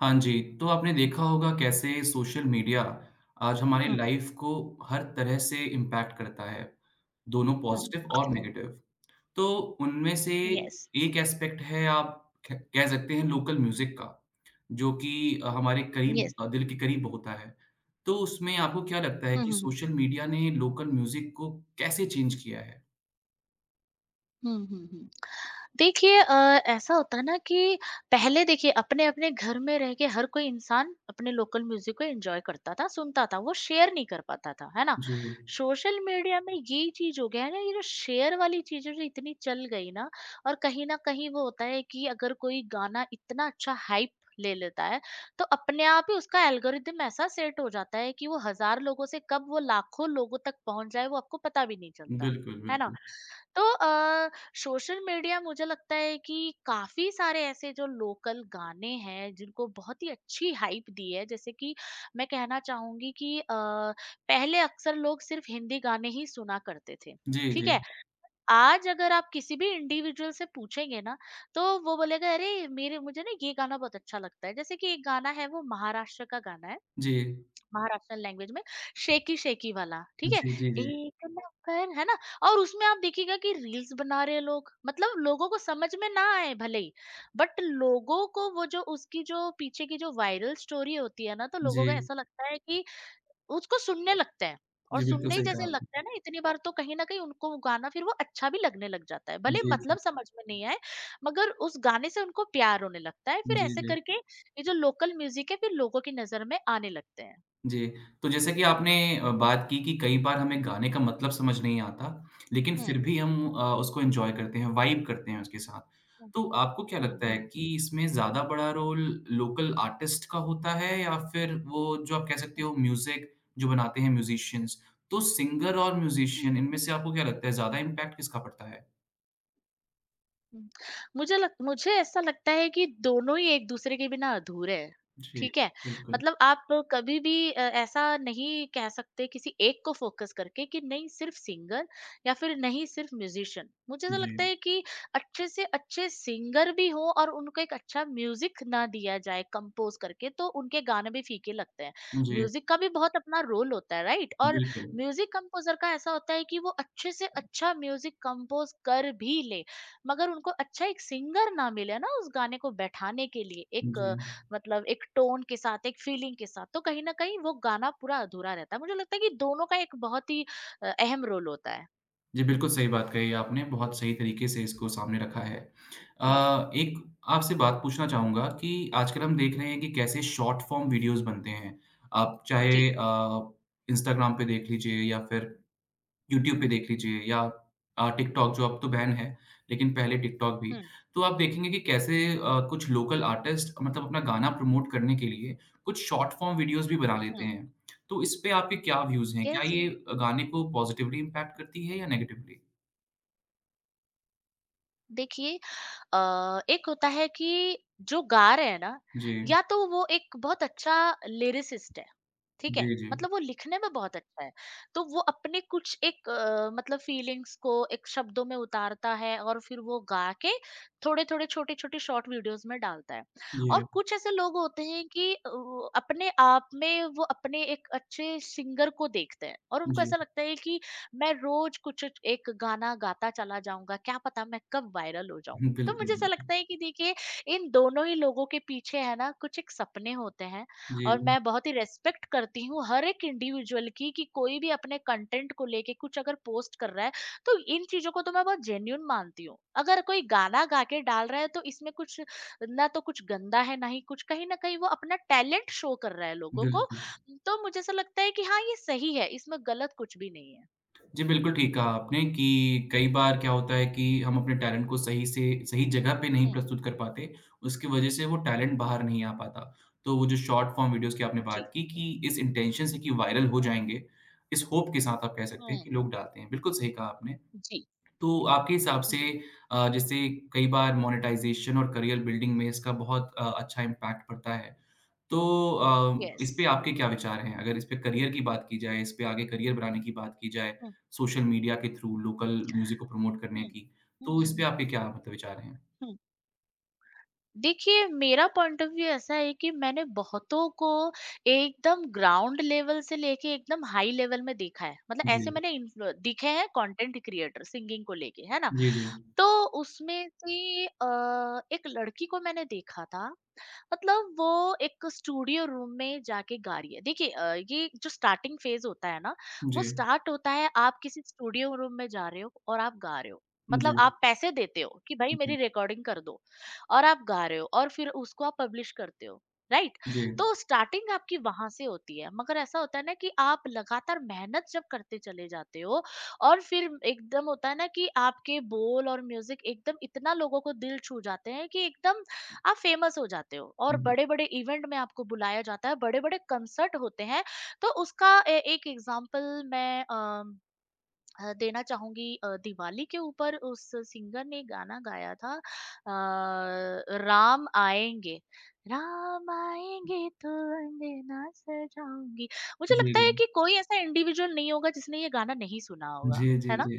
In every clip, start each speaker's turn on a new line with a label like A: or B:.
A: हाँ जी, तो आपने देखा होगा कैसे सोशल मीडिया आज हमारी
B: Hmm,
A: लाइफ को हर तरह से इम्पैक्ट करता है, दोनों
B: hmm,
A: पॉज़िटिव और
B: hmm.
A: नेगेटिव। तो उनमें से
B: Yes,
A: एक एस्पेक्ट है आप ख कह सकते हैं लोकल म्यूज़िक का, जो कि हमारे करीब
B: yes.
A: दिल के करीब होता है। तो उसमें आपको क्या लगता है
B: Hmm,
A: कि
B: hmm, hmm.
A: सोशल मीडिया ने लोकल म्यूज़िक को कैसे चेंज किया है?
B: Hmm, hmm, hmm. देखिए, ऐसा होता है ना कि पहले देखिए अपने-अपने घर में रह के हर कोई इंसान अपने लोकल म्यूज़िक को एन्जॉय करता था, सुनता था, वो शेयर नहीं कर पाता था, है ना?
A: जी,
B: सोशल मीडिया में यही चीज़ हो गया है ना, ये जो शेयर वाली चीज़ें जो इतनी चल गई ना और कहीं न कहीं वो होता है कि अगर कोई गाना इतना अच्छा हाइप ले लेता है, तो अपने आप ही उसका एल्गोरिदम ऐसा सेट हो जाता है कि वो हज़ार लोगों से कब वो लाखों लोगों तक पहुँच जाए, वो आपको पता भी नहीं चलता,
A: बिल्कुल,
B: है ना?
A: बिल्कुल।
B: तो सोशल मीडिया मुझे लगता है कि काफी सारे ऐसे जो लोकल गाने हैं जिनको बहुत ही अच्छी हाइप दी है। जैसे कि मैं कहना चाहूंगी कि पहले अक्सर लोग सिर्फ हिंदी गाने ही सुना करते थे।
A: जी,
B: ठीक
A: जी।
B: है। आज अगर आप किसी भी इंडिविजुअल से पूछेंगे ना तो वो बोलेगा, अरे मेरे मुझे ना ये गाना बहुत अच्छा लगता है। जैसे कि एक गाना है, वो महाराष्ट्र का गाना है,
A: जी।
B: महाराष्ट्रियन लैंग्वेज में, शेकी शेकी वाला, ठीक है?
A: जी, जी, जी।
B: एक नंबर, है ना? और उसमें आप देखिएगा कि रील्स बना रहे हैं लोग, मतलब लोगों को समझ में ना आए भले ही, बट लोगों को वो जो उसकी जो पीछे की जो वायरल स्टोरी होती है ना, तो लोगों को
A: जी,
B: ऐसा लगता है कि उसको सुनने लगते हैं। और
A: जी, बिल्कुल
B: सुनने ही
A: सही कहा
B: जैसे लगता
A: आपने।
B: है ना इतनी बार, तो कहीं न कहीं उनको वो गाना फिर वो अच्छा भी लगने लग जाता है। भले
A: जी, जी।
B: मतलब समझ में नहीं आए, मगर उस गाने से उनको प्यार होने लगता है, फिर
A: जी,
B: ऐसे
A: जी।
B: करके ये जो लोकल म्यूज़िक है फिर लोगों की नज़र में आने लगते हैं।
A: जी, तो जैसे कि आपने बात की कि कई बार हमें गाने का मतलब समझ नहीं आता, लेकिन
B: হুম,
A: फिर भी हम उसको एन्जॉय करते हैं, वाइब करते हैं उसके साथ।
B: হুম,
A: तो आपको क्या
B: হুম,
A: लगता है
B: হুম, হুম,
A: कि इसमें ज़्यादा बड़ा रोल लोकल आर्टिस्ट का होता है या फिर वो जो आप कह सकते
B: হুম,
A: हो म्यूज़िक जो बनाते हैं म्यूज़िशियंस, तो सिंगर और
B: হুম,
A: म्यूज़िशियन
B: হুম,
A: इनमें से आपको क्या लगता है ज़्यादा इम्पैक्ट किसका पड़ता है?
B: हुँ। मुझे ऐसा लगता है कि दोनों ही एक-दूसरे के बिना अधूरे हैं,
A: जी,
B: ठीक है?
A: बिल्कुल।
B: मतलब आप कभी भी ऐसा नहीं कह सकते किसी एक को फ़ोकस करके कि नहीं सिर्फ़ सिंगर या फिर नहीं सिर्फ़ म्यूज़िशियन। मुझे ऐसा
A: जी,
B: लगता है कि अच्छे से अच्छे सिंगर भी हों और उनको एक अच्छा म्यूज़िक ना दिया जाए कंपोज़ करके तो उनके गाने भी फीके लगते हैं।
A: जी,
B: म्यूज़िक का भी बहुत अपना रोल होता है, राइट? और
A: बिल्कुल।
B: म्यूज़िक कंपोज़र का ऐसा होता है कि वो अच्छे से अच्छा म्यूज़िक कंपोज़ कर भी ले, मगर उनको अच्छा एक सिंगर ना मिले ना उस गाने को बैठाने के लिए, एक
A: जी।
B: मतलब एक टोन के साथ, एक फीलिंग के साथ, तो कहीं ना कहीं वो गाना पूरा अधूरा रहता है। मुझे लगता है कि दोनों का एक बहुत ही अहम रोल होता है।
A: जी, बिल्कुल सही बात कही आपने, बहुत सही तरीके से इसको सामने रखा है।
B: जी।
A: एक आपसे बात पूछना चाहूँगा कि आजकल हम देख रहे हैं कि कैसे शॉर्ट फ़ॉर्म वीडियोज़ बनते हैं। आप चाहे
B: जी।
A: इंस्टाग्राम पे देख लीजिए या फिर यूट्यूब पे
B: हम्म,
A: देख लीजिए या टिकटॉक जो अब तो बैन है, लेकिन पहले टिकटॉक भी।
B: हम्म,
A: तो आप देखेंगे कि कैसे कुछ लोकल आर्टिस्ट मतलब अपना गाना प्रमोट करने के लिए कुछ शॉर्ट फ़ॉर्म वीडियोज़ भी बना लेते
B: हम्म।
A: हैं। तो इस पे आपके क्या व्यूज़ हैं? क्या
B: यस,
A: ये
B: यस।
A: गाने को पॉज़िटिवली इम्पैक्ट करती है या नेगेटिवली?
B: देखिए, अ, एक होता है कि जो गा रहे हैं ना,
A: जी,
B: या तो वो एक बहुत अच्छा लिरिसिस्ट है, ठीक है,
A: जी, जी।
B: मतलब वो लिखने में बहुत अच्छा है। तो वो अपने कुछ एक, मतलब फीलिंग्स को एक शब्दों में उतारता है और फिर वो गा के थोड़े थोड़े छोटे छोटे शॉर्ट वीडियोस में डालता है। और
A: ये
B: कुछ ऐसे लोग होते हैं कि वो अपने आप में वो अपने एक अच्छे सिंगर को देखते हैं और उनको
A: जी,
B: ऐसा लगता है कि मैं रोज कुछ एक गाना गाता चला जाऊंगा, क्या पता मैं कब वायरल हो जाऊं। तो
A: बिल्कुल,
B: मुझे ऐसा
A: बिल्कुल।
B: लगता है कि देखिए, इन दोनों ही लोगों के पीछे है ना कुछ एक सपने होते हैं। और
A: जी,
B: मैं बहुत ही रेस्पेक्ट करती हूँ हर एक इंडिविजुअल की, कि कोई भी अपने कंटेंट को लेके कुछ अगर पोस्ट कर रहा है, तो इन चीजों को तो मैं बहुत जेन्यून मानती हूँ। अगर कोई गाना गा के डाल रहा है तो इसमें कुछ, ना तो कुछ गंदा है, ना ही कुछ, कहीं ना कहीं वो अपना टैलेंट शो कर रहा है लोगों को।
A: बिल्कुल।
B: तो मुझे ऐसा लगता है कि हाँ, ये सही है, इसमें गलत कुछ भी नहीं है।
A: जी, बिल्कुल ठीक कहा आपने कि कई बार क्या होता है कि हम अपने टैलेंट को सही से सही जगह पे नहीं
B: हुँ,
A: प्रस्तुत कर पाते, उसकी वजह से वो टैलेंट बाहर नहीं आ पाता। तो वो जो शॉर्ट फ़ॉर्म वीडियोज़ की आपने
B: जी।
A: बात की कि इस इंटेंशन से कि वायरल हो
B: हाँ।
A: जाएँगे, इस होप के साथ आप कह सकते हैं
B: हुँ,
A: कि लोग डालते हैं। बिल्कुल सही कहा आपने।
B: जी,
A: तो आपके हिसाब से
B: हुँ,
A: जैसे कई बार मोनेटाइज़ेशन और करियर बिल्डिंग में इसका बहुत अच्छा इम्पैक्ट पड़ता है। तो इस पे
B: येस,
A: आपके क्या विचार हैं? अगर इस पे करियर की बात की जाए, इस पे आगे करियर बनाने की बात की जाए,
B: हुँ,
A: सोशल मीडिया के थ्रू लोकल म्यूज़िक को प्रमोट करने
B: हुँ,
A: की, तो
B: हुँ,
A: इस पे
B: हुँ,
A: आपके क्या मतलब विचार हैं?
B: हुँ। देखिए, मेरा पॉइंट ऑफ व्यू ऐसा है कि मैंने बहुतों को एकदम ग्राउंड लेवल से लेके एकदम हाई लेवल में देखा है। मतलब
A: जी।
B: ऐसे मैंने इन्फ्लु दिखे हैं, कंटेंट क्रिएटर सिंगिंग को लेके, है ना?
A: जी, जी।
B: तो उसमें से एक लड़की को मैंने देखा था, मतलब वो एक स्टूडियो रूम में जाके गा रही है। देखिए, ये जो स्टार्टिंग फेज़ होता है ना,
A: जी,
B: वो स्टार्ट होता है आप किसी स्टूडियो रूम में जा रहे हो और आप गा रहे हो।
A: जी,
B: मतलब आप पैसे देते हो कि भाई
A: जी,
B: मेरी रिकॉर्डिंग कर दो, और आप गा रहे हो और फिर उसको आप पब्लिश करते हो, राइट?
A: जी,
B: तो स्टार्टिंग आपकी वहाँ से होती है, मगर ऐसा होता है ना कि आप लगातार मेहनत जब करते चले जाते हो और फिर एकदम होता है ना कि आपके बोल और म्यूज़िक एकदम इतना लोगों को दिल छू जाते हैं कि एकदम आप फेमस हो जाते हो
A: जी,
B: और
A: जी, जी।
B: बड़े-बड़े इवेंट में आपको बुलाया जाता है, बड़े-बड़े कंसर्ट होते हैं। तो उसका ए एक एग्ज़ाम्पल मैं देना चाहूँगी। दिवाली के ऊपर उस सिंगर ने गाना गाया था, राम आएँगे तो अंगना सजाऊँगी। मुझे
A: जी,
B: लगता है कि कोई ऐसा इंडिविजुअल नहीं होगा जिसने ये गाना नहीं सुना होगा,
A: जी,
B: है ना?
A: जी।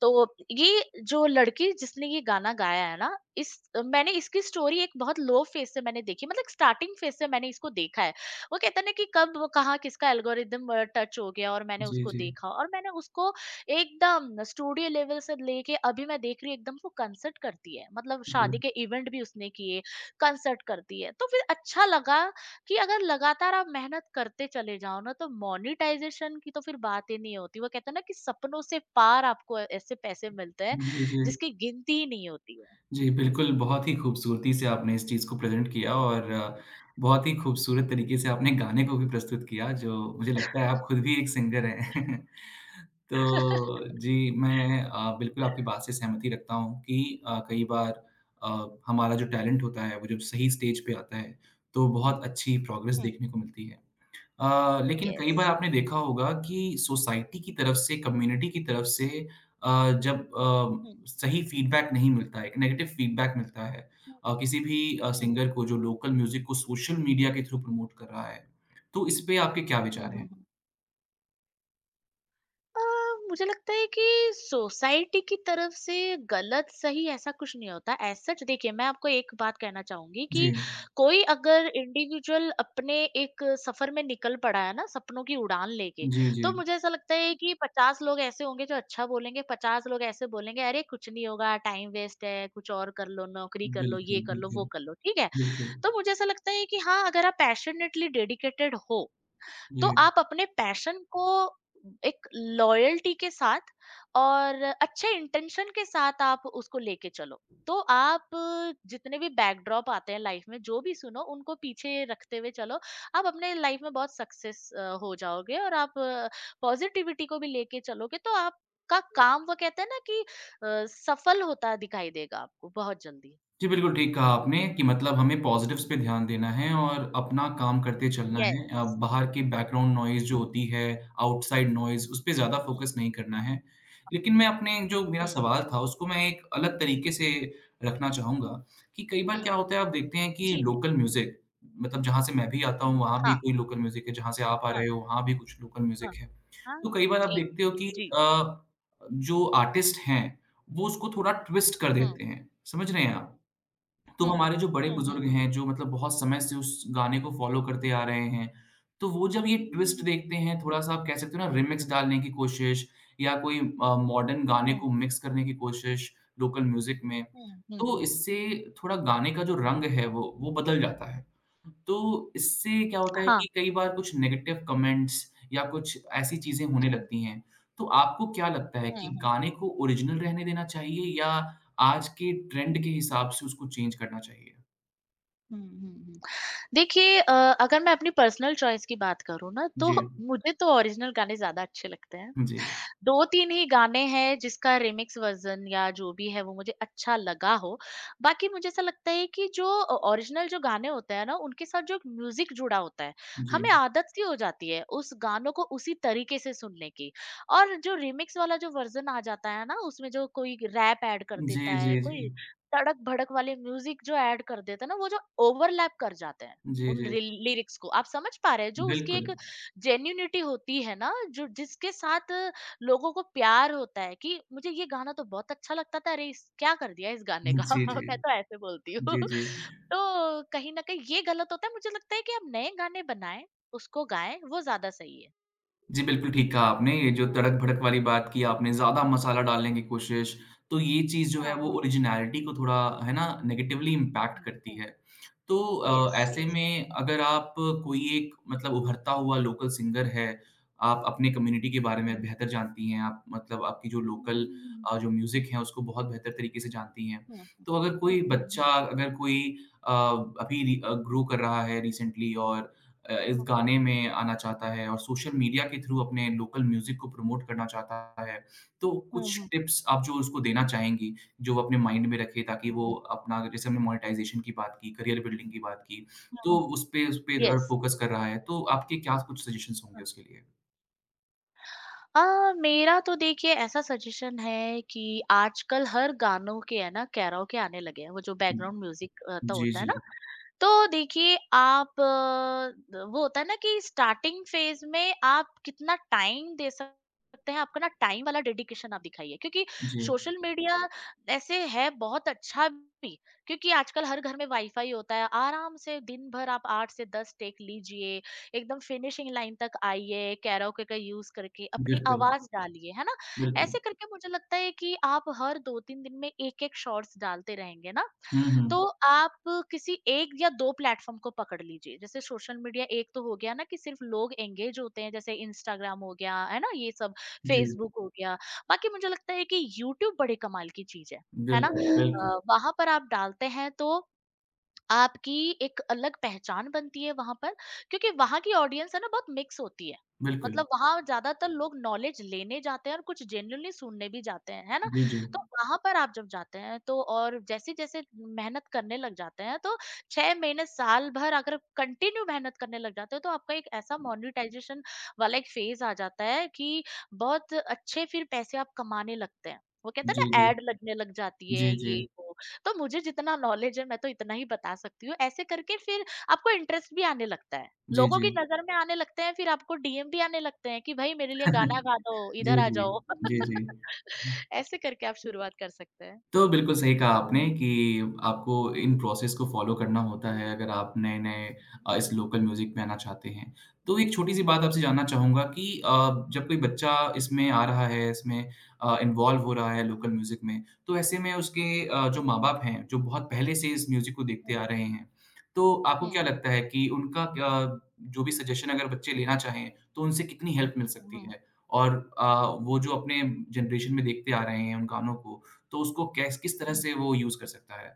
B: तो ये जो लड़की जिसने ये गाना गाया है ना, इस, मैंने इसकी स्टोरी एक बहुत लो फेज से मैंने देखी, मतलब स्टार्टिंग फेज से मैंने इसको देखा है। वो कहते हैं ना कि कब वो कहाँ किसका एल्गोरिदम टच हो गया, और मैंने
A: जी,
B: उसको
A: जी,
B: देखा और मैंने उसको एकदम स्टूडियो लेवल से लेके अभी मैं देख रही हूँ एकदम वो कंसर्ट करती है, मतलब शादी
A: जी,
B: के इवेंट भी उसने किए, कंसर्ट करती है। तो फिर अच्छा लगा कि अगर लगातार आप मेहनत करते चले जाओ ना तो मोनेटाइजेशन की तो फिर बात ही नहीं होती। वो कहते हैं ना कि सपनों से पार आपको ऐसे पैसे मिलते हैं
A: जी, जी।
B: जिसकी गिनती ही नहीं होती है।
A: जी, बिल्कुल, बहुत ही खूबसूरती से आपने इस चीज़ को प्रेज़ेंट किया और बहुत ही खूबसूरत तरीके से आपने गाने को भी प्रस्तुत किया, जो मुझे लगता है आप खुद भी एक सिंगर हैं। तो जी, मैं बिल्कुल आपकी बात से सहमति रखता हूँ कि कई बार हमारा जो टैलेंट होता है, वो जब सही स्टेज पे आता है, तो
B: हम्म,
A: बहुत अच्छी प्रोग्रेस
B: हम्म,
A: देखने को मिलती है। लेकिन कई
B: यस,
A: बार आपने देखा होगा कि सोसाइटी की तरफ से, कम्युनिटी की तरफ से
B: हम्म,
A: जब
B: हम्म,
A: सही फीडबैक नहीं मिलता है, एक नेगेटिव फीडबैक मिलता है
B: हम्म,
A: किसी भी सिंगर को जो लोकल म्यूज़िक को सोशल मीडिया के थ्रू प्रमोट कर रहा है, तो इस पे आपके क्या
B: हम्म,
A: विचार हैं?
B: अ, मुझे लगता है कि सोसाइटी की तरफ से गलत सही ऐसा कुछ नहीं होता एज सच। देखिए, मैं आपको एक बात कहना चाहूंगी
A: जी।
B: कि कोई अगर इंडिविजुअल अपने एक सफर में निकल पड़ा है ना सपनों की उड़ान लेके,
A: जी, जी।
B: तो मुझे ऐसा लगता है कि 50 लोग ऐसे होंगे जो अच्छा बोलेंगे, 50 लोग ऐसे बोलेंगे अरे कुछ नहीं होगा, टाइम वेस्ट है, कुछ और कर लो, नौकरी कर लो,
A: बिल्कुल,
B: ये कर लो,
A: बिल्कुल,
B: वो कर लो, ठीक है।
A: बिल्कुल।
B: तो मुझे ऐसा लगता है कि हाँ, अगर आप पैशनेटली डेडिकेटेड हो तो
A: जी।
B: आप अपने पैशन को एक लॉयल्टी के साथ और अच्छे इंटेंशन के साथ आप उसको लेके चलो। तो आप जितने भी बैकड्रॉप आते हैं लाइफ में, जो भी सुनो उनको पीछे रखते हुए चलो। आप अपने लाइफ में बहुत सक्सेस हो जाओगे और आप पॉजिटिविटी को भी लेके चलोगे तो आपका काम वो कहते हैं ना कि सफल होता दिखाई देगा आपको बहुत जल्दी।
A: जी, बिल्कुल ठीक कहा आपने कि मतलब हमें पॉज़िटिव्स पे ध्यान देना है और अपना काम करते चलना है।
B: यस।
A: बाहर की बैकग्राउंड नॉइज़ जो
B: हुँ,
A: होती है, आउटसाइड नॉइज़ उस पे ज़्यादा
B: हुँ,
A: फ़ोकस नहीं करना है। लेकिन मैं अपने जो मेरा
B: हुँ,
A: सवाल था उसको मैं एक अलग तरीके से रखना चाहूँगा कि कई बार
B: हुँ।
A: क्या होता है आप देखते हैं कि
B: जी, जी।
A: लोकल म्यूज़िक मतलब जहाँ से मैं भी आता हूँ वहाँ भी
B: हाँ,
A: कोई लोकल म्यूज़िक है, जहाँ से आप आ
B: हाँ।
A: रहे हो वहाँ भी कुछ लोकल म्यूज़िक
B: हाँ,
A: है।
B: हाँ,
A: तो कई बार आप
B: जी,
A: देखते हो कि
B: जी,
A: अ, जो आर्टिस्ट हैं वो उसको थोड़ा ट्विस्ट कर
B: हुँ,
A: देते हैं। समझ रहे हैं आप? तो
B: हुँ,
A: हमारे जो बड़े
B: हुँ, हुँ,
A: बुजुर्ग
B: हुँ।
A: हैं, जो मतलब बहुत समय से उस गाने को फ़ॉलो करते आ रहे हैं, तो वो जब ये
B: हुँ,
A: ट्विस्ट देखते हैं,
B: हुँ,
A: थोड़ा-सा आप कह सकते हो ना रिमिक्स डालने की कोशिश या कोई मॉडर्न गाने
B: हुँ,
A: को मिक्स करने की कोशिश लोकल म्यूज़िक में,
B: हुँ, हुँ,
A: तो
B: हुँ,
A: इससे थोड़ा गाने का जो रंग है वो बदल जाता है। तो इससे क्या होता है
B: हाँ,
A: कि कई बार कुछ नेगेटिव कमेंट्स या कुछ ऐसी चीज़ें होने
B: हुँ,
A: लगती हैं। तो आपको क्या लगता है कि
B: हुँ, हुँ,
A: गाने को ओरिजिनल रहने देना चाहिए या आज के ट्रेंड के हिसाब से उसको चेंज करना चाहिए।
B: हुँ, हुँ, हुँ। देखिए, अगर मैं अपनी पर्सनल चॉइस की बात करूँ ना, तो
A: जी।
B: मुझे तो ओरिजिनल गाने ज़्यादा अच्छे लगते हैं।
A: जी।
B: 2-3 ही गाने हैं जिसका रिमिक्स वर्ज़न या जो भी है वो मुझे अच्छा लगा हो। बाकी मुझे ऐसा लगता है कि जो ओ ओरिजिनल जो गाने होते हैं ना, उनके साथ जो एक म्यूज़िक जुड़ा होता है,
A: जी।
B: हमें आदत सी हो जाती है उस गानों को उसी तरीके से सुनने की। और जो रिमिक्स वाला जो वर्ज़न आ जाता है ना, उसमें जो कोई रैप ऐड कर
A: जी,
B: देता है,
A: जी, जी।
B: कोई तड़क-भड़क वाले म्यूज़िक जो ऐड कर देता है ना, वो जो ओवरलैप कर जाते हैं
A: जी,
B: उन
A: जी।
B: रिल लिरिक्स को। आप समझ पा रहे हैं? जो उसकी
A: बिल्कुल।
B: एक जेन्युइनिटी होती है ना, जो जिसके साथ लोगों को प्यार होता है कि मुझे ये गाना तो बहुत अच्छा लगता था, अरे इस क्या कर दिया इस गाने का।
A: जी, जी।
B: मैं तो ऐसे बोलती हूँ।
A: जी, जी।
B: तो कहीं न कहीं ये गलत होता है, मुझे लगता है कि अब नए गाने बनाएं, उसको गाएं, वो ज़्यादा सही है।
A: जी, बिल्कुल ठीक कहा आपने। ये जो तड़क-भड़क वाली बात की आपने, ज़्यादा मसाला डालने की कोशिश, तो ये चीज़ जो
B: हाँ,
A: है वो
B: हाँ।
A: ओरिजिनैलिटी को थोड़ा, है ना, नेगेटिवली
B: हम्म,
A: इम्पैक्ट
B: हम्म,
A: करती
B: हम्म।
A: है। तो
B: Yes,
A: ऐसे
B: yes.
A: में अगर आप कोई एक मतलब उभरता हुआ लोकल सिंगर है, आप अपने कम्युनिटी के बारे में
B: हम्म,
A: बेहतर जानती हैं, आप मतलब आपकी जो लोकल
B: हम्म,
A: जो म्यूज़िक है उसको बहुत बेहतर तरीके से जानती हैं। तो अगर
B: हम्म,
A: कोई बच्चा,
B: हम्म,
A: अगर कोई अ, अभी ग्रो कर रहा है रिसेंटली और इस गाने में आना चाहता है और सोशल मीडिया के थ्रू अपने लोकल म्यूज़िक को प्रमोट करना चाहता है, तो कुछ
B: हम्म,
A: टिप्स आप जो उसको देना चाहेंगी, जो वो अपने माइंड में रखे ताकि वो अपना जैसे हमने मोनेटाइज़ेशन की बात की, करियर बिल्डिंग की बात की, तो
B: हम्म।
A: उस पे अगर
B: Yes.
A: फोकस कर रहा है, तो आपके क्या कुछ सजेशंस होंगे उसके लिए?
B: मेरा तो देखिए ऐसा सजेशन है कि आजकल हर गानों के है ना कैरोके आने लगे हैं, वो जो बैकग्राउंड म्यूजिक तो
A: जी,
B: होता है
A: जी।
B: ना। तो देखिए आप, वो होता है ना कि स्टार्टिंग फेज में आप कितना टाइम दे सकते हैं आपका ना, टाइम वाला डेडिकेशन आप दिखाइए, क्योंकि
A: जी,
B: सोशल मीडिया ऐसे है बहुत अच्छा भी, क्योंकि आजकल हर घर में वाईफाई होता है, आराम से दिन भर आप 8 से 10 टेक लीजिए, एकदम फिनिशिंग लाइन तक आइए, कैरोके का यूज करके अपनी
A: बिल्कुल,
B: आवाज डालिए, है ना?
A: बिल्कुल।
B: ऐसे करके मुझे लगता है कि आप हर 2-3 दिन में एक एक शॉर्ट्स डालते रहेंगे ना,
A: हुँ,
B: तो
A: हुँ।
B: आप किसी एक या दो प्लेटफॉर्म को पकड़ लीजिए। जैसे सोशल मीडिया एक तो हो गया ना कि सिर्फ लोग एंगेज होते हैं, जैसे इंस्टाग्राम हो गया है ना ये सब,
A: जी,
B: फेसबुक हो गया। बाकी मुझे लगता है कि यूट्यूब बड़े कमाल की चीज है ना?
A: बिल्कुल, बिल्कुल,
B: वहां पर आप डालते हैं तो आपकी एक अलग पहचान बनती है वहाँ पर, क्योंकि वहाँ की ऑडियंस है ना बहुत मिक्स होती है।
A: बिल्कुल।
B: मतलब वहाँ ज़्यादातर लोग नॉलेज लेने जाते हैं और कुछ जेन्युइनली सुनने भी जाते हैं, है ना?
A: जी, जी।
B: तो वहाँ पर आप जब जाते हैं तो और जैसे-जैसे मेहनत करने लग जाते हैं तो 6 महीने, साल भर अगर कंटिन्यू मेहनत करने लग जाते हो तो आपका एक ऐसा मोनेटाइज़ेशन वाला एक फ़ेज़ आ जाता है कि बहुत अच्छे फिर पैसे आप कमाने लगते हैं। वो कहते हैं
A: जी,
B: ना,
A: जी।
B: ऐड लगने लग जाती है,
A: जी, जी।
B: ये वो। तो मुझे जितना नॉलेज है मैं तो इतना ही बता सकती हूँ। ऐसे करके फिर आपको इंटरेस्ट भी आने लगता है।
A: जी,
B: लोगों
A: जी।
B: की नज़र में आने लगते हैं, फिर आपको डीएम भी आने लगते हैं कि भाई मेरे लिए गाना गा दो,
A: जी,
B: इधर आ
A: जी।
B: जाओ।
A: जी, जी। हुँ।
B: ऐसे करके आप शुरुआत कर सकते हैं।
A: तो बिल्कुल सही कहा आपने कि आपको इन प्रोसेस को फ़ॉलो करना होता है अगर आप नए-नए इस लोकल म्यूज़िक में आना चाहते हैं। तो
B: जी।
A: एक छोटी-सी बात आपसे जानना चाहूँगा कि जब कोई बच्चा इसमें आ रहा है, इसमें इन्वॉल्व हो रहा है लोकल म्यूज़िक में, तो ऐसे में उसके जो
B: हुँ,
A: माँ-बाप हैं, जो बहुत पहले से इस म्यूज़िक को देखते
B: हुँ,
A: आ रहे हैं, तो आपको क्या
B: हुँ,
A: लगता है कि उनका क्या जो भी सजेशन अगर बच्चे लेना चाहें, तो उनसे कितनी हेल्प मिल सकती
B: हुँ,
A: है? और वो जो अपने जनरेशन में देखते आ रहे हैं उन गानों को, तो उसको कैस किस तरह
B: हुँ।
A: से वो यूज़ कर सकता है।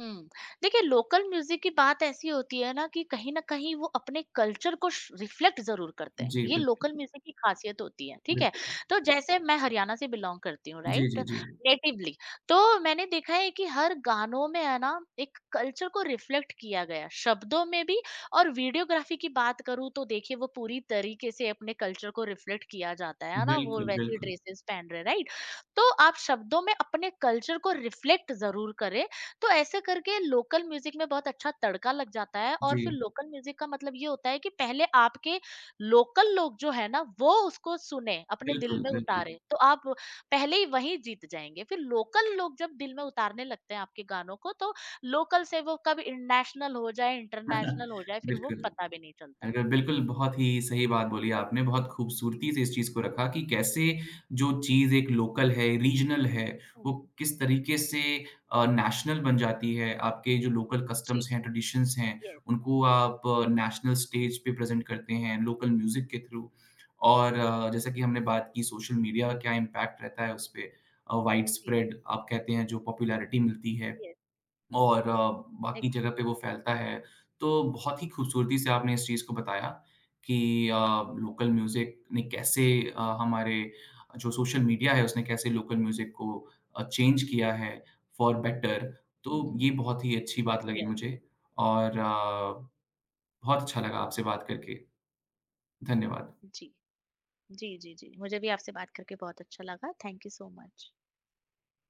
B: हुँ। देखिए, लोकल म्यूज़िक की बात ऐसी होती है ना कि कहीं न कहीं वो अपने कल्चर को श रिफ्लेक्ट ज़रूर करते हैं।
A: जी,
B: ये
A: बिल्कुल,
B: लोकल म्यूज़िक की ख़ासियत होती है, ठीक है?
A: बिल्कुल।
B: तो जैसे मैं हरियाणा से बिलॉन्ग करती हूँ,
A: जी,
B: राइट?
A: जी, जी।
B: नेटिवली। तो मैंने देखा है कि हर गानों में है ना एक कल्चर को रिफ्लेक्ट किया गया है, शब्दों में भी। और वीडियोग्राफ़ी की बात करूँ तो देखिए वो पूरी तरीके से अपने कल्चर को रिफ्लेक्ट किया जाता है ना? वो
A: बिल्कुल,
B: वैसे
A: बिल्कुल।
B: ड्रेसेस पहन रहे हैं, राइट? तो आप शब्दों में अपने कल्चर को रिफ्लेक्ट ज़रूर करें। तो ऐसे करके लोकल म्यूजिक में बहुत अच्छा तड़का लग जाता है, और फिर
A: जी,
B: लोकल म्यूजिक का मतलब ये होता है कि पहले आपके लोकल लोग जो है ना वो उसको सुने, अपने दिल
A: बिल्कुल,
B: में
A: बिल्कुल।
B: उतारे। तो आप पहले ही वहीं जीत जाएंगे। फिर लोकल लोग जब दिल में उतारने लगते हैं आपके गानों को तो लोकल से वो कब नेशनल हो जाए, इंटरनेशनल हो जाए, फिर वो
A: बिल्कुल।
B: पता भी नहीं चलता।
A: अगर बिल्कुल, बहुत ही सही बात बोली आपने, बहुत
B: जी।
A: खूबसूरती से इस चीज़ को रखा कि कैसे जो चीज़ एक लोकल है, रीजनल है, वो किस तरीके से नेशनल बन जाती है। आपके जो लोकल
B: जी।
A: कस्टम्स हैं, ट्रेडिशंस हैं,
B: यस।
A: उनको आप नेशनल स्टेज पे प्रेज़ेंट करते हैं, लोकल म्यूज़िक के थ्रू। और जैसा कि हमने बात की सोशल मीडिया का क्या इम्पैक्ट रहता है उसपे वाइड
B: जी।
A: स्प्रेड आप कहते हैं जो पॉपुलैरिटी मिलती है।
B: यस।
A: और बाकी
B: एग्जैक्ट।
A: जगह पे वो फैलता है। तो बहुत ही खूबसूरती से आपने इस चीज़ को बताया कि लोकल म्यूज़िक ने कैसे हमारे जो सोशल मीडिया है उसने कैसे लोकल म्यूज़िक को चेंज किया है फॉर बेटर।
B: हम्म,
A: तो ये बहुत ही अच्छी बात लगी
B: यस।
A: मुझे और बहुत अच्छा लगा आपसे बात करके। धन्यवाद।
B: जी, जी, जी, जी मुझे भी आपसे बात करके बहुत अच्छा लगा, थैंक यू सो मच।